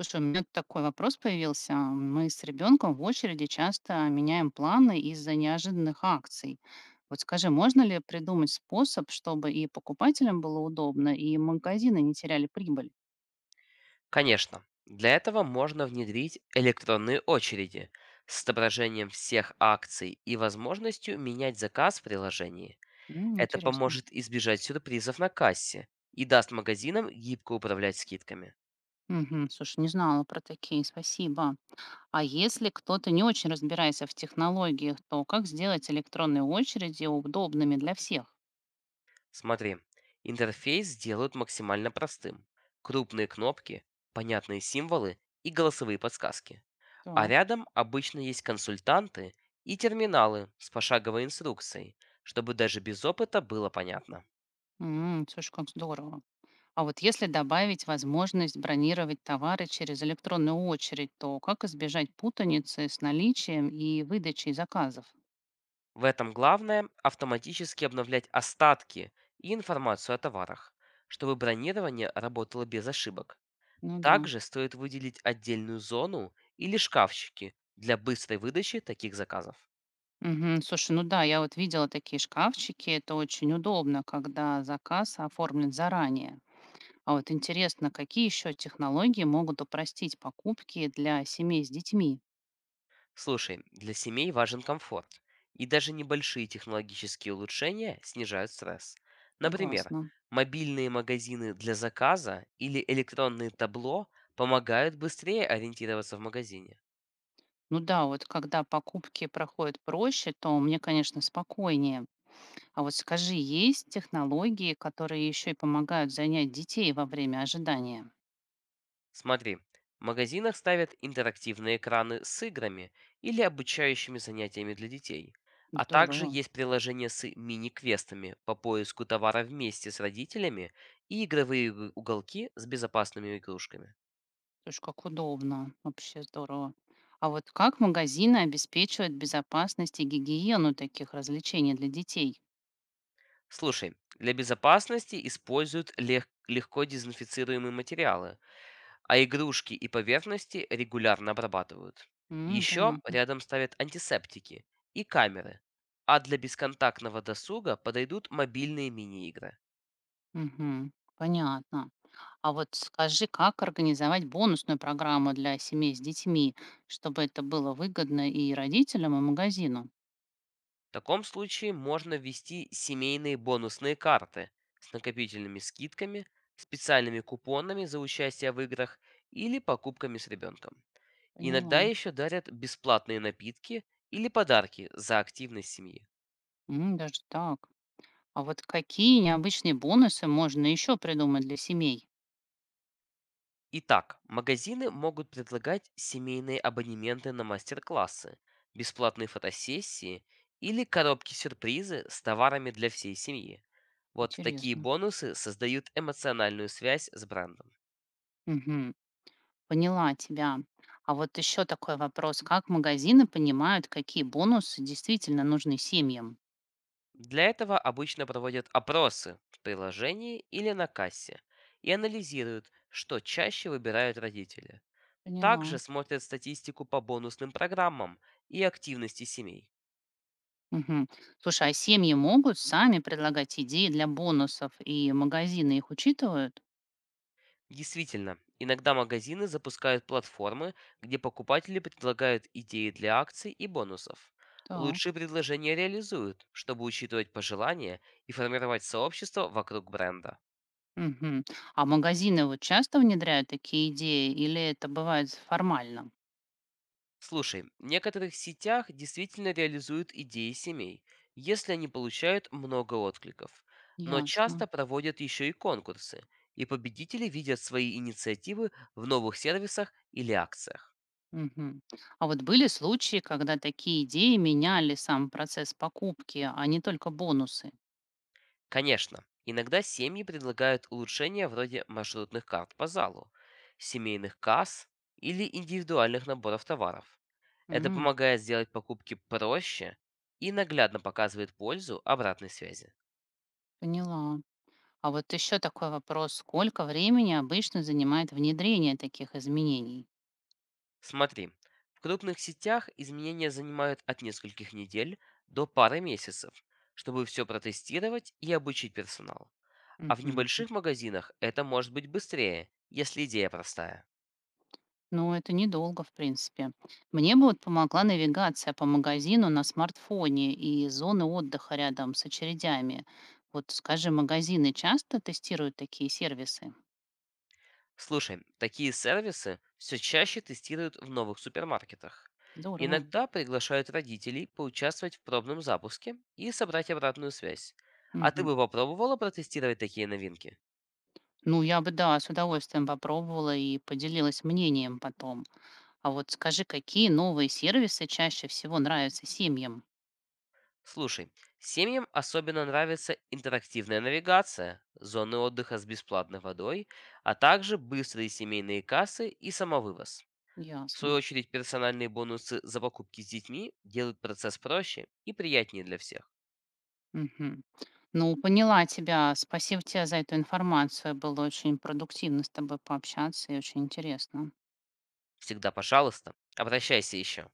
Слушай, у меня такой вопрос появился. Мы с ребенком в очереди часто меняем планы из-за неожиданных акций. Вот скажи, можно ли придумать способ, чтобы и покупателям было удобно, и магазины не теряли прибыль? Конечно, для этого можно внедрить электронные очереди с отображением всех акций и возможностью менять заказ в приложении. М, Это интересно. поможет избежать сюрпризов на кассе и даст магазинам гибко управлять скидками. Мгм. Слушай, не знала про такие, спасибо. А если кто-то не очень разбирается в технологиях, то как сделать электронные очереди удобными для всех? Смотри, интерфейс сделают максимально простым. Крупные кнопки, понятные символы и голосовые подсказки. А Так. рядом обычно есть консультанты и терминалы с пошаговой инструкцией, чтобы даже без опыта было понятно. М, слушай, как здорово. А вот если добавить возможность бронировать товары через электронную очередь, то как избежать путаницы с наличием и выдачей заказов? В этом главное– автоматически обновлять остатки и информацию о товарах, чтобы бронирование работало без ошибок. Ну да. Также стоит выделить отдельную зону или шкафчики для быстрой выдачи таких заказов. Мгм. Слушай, ну да, я вот видела такие шкафчики, это очень удобно, когда заказ оформлен заранее. А вот интересно, какие еще технологии могут упростить покупки для семей с детьми? Слушай, для семей важен комфорт, и даже небольшие технологические улучшения снижают стресс. Например, Согласна. мобильные магазины для заказа или электронные табло помогают быстрее ориентироваться в магазине. Ну да, вот когда покупки проходят проще, то мне, конечно, спокойнее. А вот скажи, есть технологии, которые еще и помогают занять детей во время ожидания? Смотри, в магазинах ставят интерактивные экраны с играми или обучающими занятиями для детей. А также Здорово. есть приложения с мини-квестами по поиску товара вместе с родителями и игровые уголки с безопасными игрушками. Слушай, как удобно. Вообще здорово. А вот как магазины обеспечивают безопасность и гигиену таких развлечений для детей? Слушай, для безопасности используют легко дезинфицируемые материалы, а игрушки и поверхности регулярно обрабатывают. М, Еще понятно. рядом ставят антисептики и камеры, а для бесконтактного досуга подойдут мобильные мини-игры. Мгм. Понятно. А вот скажи, как организовать бонусную программу для семей с детьми, чтобы это было выгодно и родителям, и магазину? В таком случае можно ввести семейные бонусные карты с накопительными скидками, специальными купонами за участие в играх или покупками с ребенком. Иногда Поняла. еще дарят бесплатные напитки или подарки за активность семьи. М, даже так. А вот какие необычные бонусы можно еще придумать для семей? Итак, магазины могут предлагать семейные абонементы на мастер-классы, бесплатные фотосессии или коробки-сюрпризы с товарами для всей семьи. Вот такие Интересно. бонусы создают эмоциональную связь с брендом. Мгм. Поняла тебя. А вот еще такой вопрос. Как магазины понимают, какие бонусы действительно нужны семьям? Для этого обычно проводят опросы в приложении или на кассе и анализируют, что чаще выбирают родители. Поняла. Также смотрят статистику по бонусным программам и активности семей. Мгм. Слушай, а семьи могут сами предлагать идеи для бонусов, и магазины их учитывают? Действительно, иногда магазины запускают платформы, где покупатели предлагают идеи для акций и бонусов. Так. Лучшие предложения реализуют, чтобы учитывать пожелания и формировать сообщество вокруг бренда. Мгм. А магазины вот часто внедряют такие идеи, или это бывает формально? Слушай, в некоторых сетях действительно реализуют идеи семей, если они получают много откликов. Но Ясно. часто проводят еще и конкурсы, и победители видят свои инициативы в новых сервисах или акциях. Мгм. А вот были случаи, когда такие идеи меняли сам процесс покупки, а не только бонусы? Конечно, иногда семьи предлагают улучшения вроде маршрутных карт по залу, семейных касс или индивидуальных наборов товаров. Это М, помогает сделать покупки проще и наглядно показывает пользу обратной связи. поняла. А вот еще такой вопрос, сколько времени обычно занимает внедрение таких изменений? Смотри, в крупных сетях изменения занимают от нескольких недель до пары месяцев, чтобы все протестировать и обучить персонал. А в Мгм. небольших магазинах это может быть быстрее, если идея простая. Ну, это недолго, в принципе. Мне бы вот помогла навигация по магазину на смартфоне и зоны отдыха рядом с очередями. Вот, скажи, магазины часто тестируют такие сервисы? Слушай, такие сервисы все чаще тестируют в новых супермаркетах. Здорово. Иногда приглашают родителей поучаствовать в пробном запуске и собрать обратную связь. А ты Мгм. бы попробовала протестировать такие новинки? Ну, я бы, да, с удовольствием попробовала и поделилась мнением потом. А вот скажи, какие новые сервисы чаще всего нравятся семьям? Слушай, семьям особенно нравится интерактивная навигация, зоны отдыха с бесплатной водой, а также быстрые семейные кассы и самовывоз. В свою Ясно. очередь, персональные бонусы за покупки с детьми делают процесс проще и приятнее для всех. Мгм. Ну, поняла тебя. Спасибо тебе за эту информацию. Было очень продуктивно с тобой пообщаться и очень интересно. Всегда пожалуйста. Обращайся еще.